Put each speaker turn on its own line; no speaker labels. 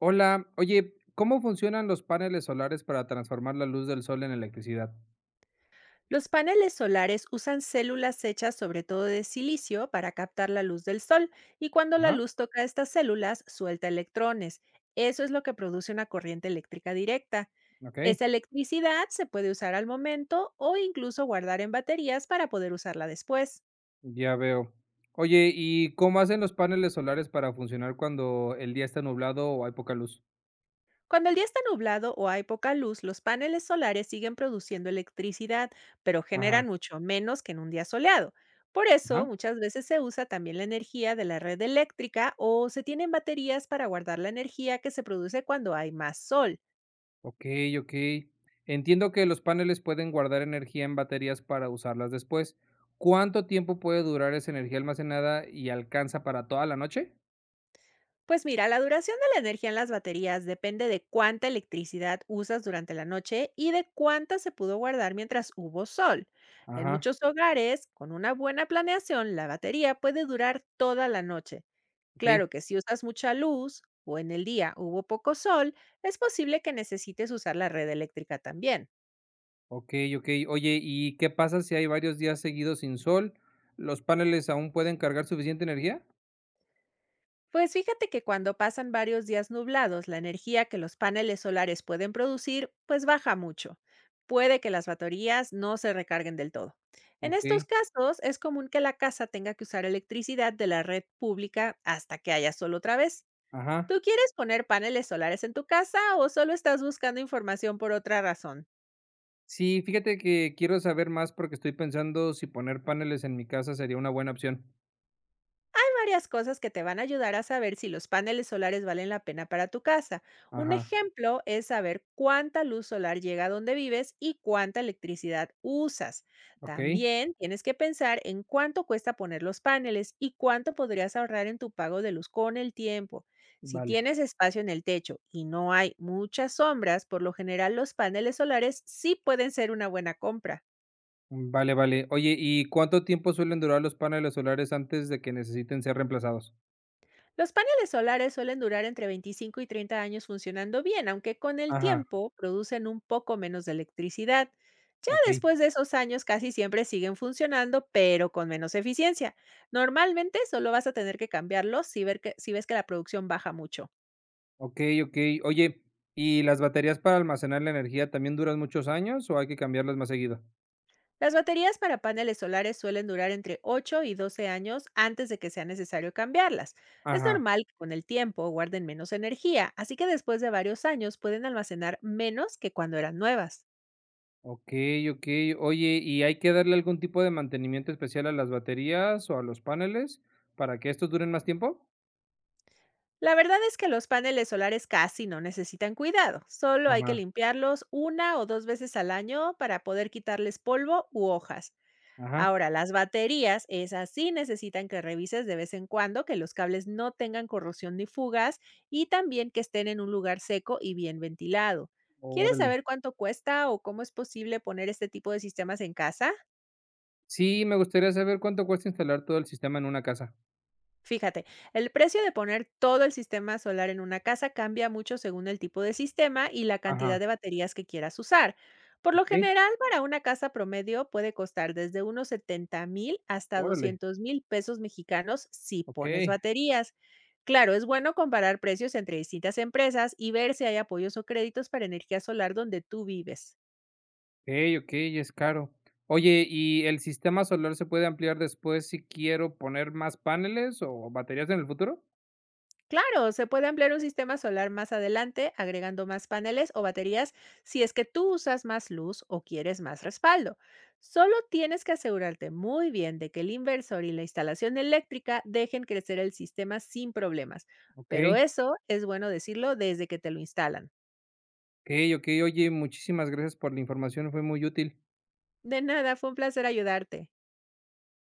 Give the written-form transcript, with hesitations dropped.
Hola, oye, ¿cómo funcionan los paneles solares para transformar la luz del sol en electricidad?
Los paneles solares usan células hechas sobre todo de silicio para captar la luz del sol y cuando la
Ajá,
luz toca estas células suelta electrones. Eso es lo que produce una corriente eléctrica directa.
ok,
Esa electricidad se puede usar al momento o incluso guardar en baterías para poder usarla después.
ya veo. Oye, ¿y cómo hacen los paneles solares para funcionar cuando el día está nublado o hay poca luz?
Cuando el día está nublado o hay poca luz, los paneles solares siguen produciendo electricidad, pero
Ajá,
generan mucho menos que en un día soleado. Por eso,
ajá.
muchas veces se usa también la energía de la red eléctrica o se tienen baterías para guardar la energía que se produce cuando hay más sol.
Ok, ok. Entiendo que los paneles pueden guardar energía en baterías para usarlas después. ¿Cuánto tiempo puede durar esa energía almacenada y alcanza para toda la noche?
Pues mira, la duración de la energía en las baterías depende de cuánta electricidad usas durante la noche y de cuánta se pudo guardar mientras hubo sol. En
Ajá,
muchos hogares, con una buena planeación, la batería puede durar toda la noche.
ok.
Claro que si usas mucha luz o en el día hubo poco sol, es posible que necesites usar la red eléctrica también.
Okey, okey. Oye, ¿y qué pasa si hay varios días seguidos sin sol? ¿Los paneles aún pueden cargar suficiente energía?
Pues fíjate que cuando pasan varios días nublados, la energía que los paneles solares pueden producir, pues baja mucho. Puede que las baterías no se recarguen del todo. En estos
Okey,
casos, es común que la casa tenga que usar electricidad de la red pública hasta que haya sol otra vez.
ajá.
¿Tú quieres poner paneles solares en tu casa o solo estás buscando información por otra razón?
Sí, fíjate que quiero saber más porque estoy pensando si poner paneles en mi casa sería una buena opción.
Varias cosas que te van a ayudar a saber si los paneles solares valen la pena para tu casa. Un
Ajá,
ejemplo es saber cuánta luz solar llega a donde vives y cuánta electricidad usas.
okey,
También tienes que pensar en cuánto cuesta poner los paneles y cuánto podrías ahorrar en tu pago de luz con el tiempo. Si
vale.
tienes espacio en el techo y no hay muchas sombras, por lo general los paneles solares sí pueden ser una buena compra.
Vale, vale. Oye, ¿y cuánto tiempo suelen durar los paneles solares antes de que necesiten ser reemplazados?
Los paneles solares suelen durar entre 25 y 30 años funcionando bien, aunque con el
Ajá,
tiempo producen un poco menos de electricidad. Ya
okey,
después de esos años casi siempre siguen funcionando, pero con menos eficiencia. Normalmente solo vas a tener que cambiarlos si, si ves que la producción baja mucho.
okey, okey. Oye, ¿y las baterías para almacenar la energía también duran muchos años o hay que cambiarlas más seguido?
Las baterías para paneles solares suelen durar entre 8 y 12 años antes de que sea necesario cambiarlas. Es
Ajá.
normal que con el tiempo guarden menos energía, así que después de varios años pueden almacenar menos que cuando eran nuevas.
Okey, okey. Oye, ¿y hay que darle algún tipo de mantenimiento especial a las baterías o a los paneles para que estos duren más tiempo?
La verdad es que los paneles solares casi no necesitan cuidado, solo hay que
Ajá,
limpiarlos una o dos veces al año para poder quitarles polvo u hojas.
ajá.
Ahora, las baterías, esas sí necesitan que revises de vez en cuando que los cables no tengan corrosión ni fugas y también que estén en un lugar seco y bien ventilado. ¿Quieres
Órale.
saber cuánto cuesta o cómo es posible poner este tipo de sistemas en casa?
Sí, me gustaría saber cuánto cuesta instalar todo el sistema en una casa.
Fíjate, el precio de poner todo el sistema solar en una casa cambia mucho según el tipo de sistema y la cantidad
Ajá,
de baterías que quieras usar. Por lo
okey.
general, para una casa promedio puede costar desde unos 70 mil hasta
Órale,
200 mil pesos mexicanos si pones
okey,
baterías. Claro, es bueno comparar precios entre distintas empresas y ver si hay apoyos o créditos para energía solar donde tú vives.
okey, okey, es caro. Oye, ¿y el sistema solar se puede ampliar después si quiero poner más paneles o baterías en el futuro?
Claro, se puede ampliar un sistema solar más adelante agregando más paneles o baterías si es que tú usas más luz o quieres más respaldo. Solo tienes que asegurarte muy bien de que el inversor y la instalación eléctrica dejen crecer el sistema sin problemas. Pero
Okey,
eso es bueno decirlo desde que te lo instalan.
okey, okey. Oye, muchísimas gracias por la información, fue muy útil.
De nada, fue un placer ayudarte.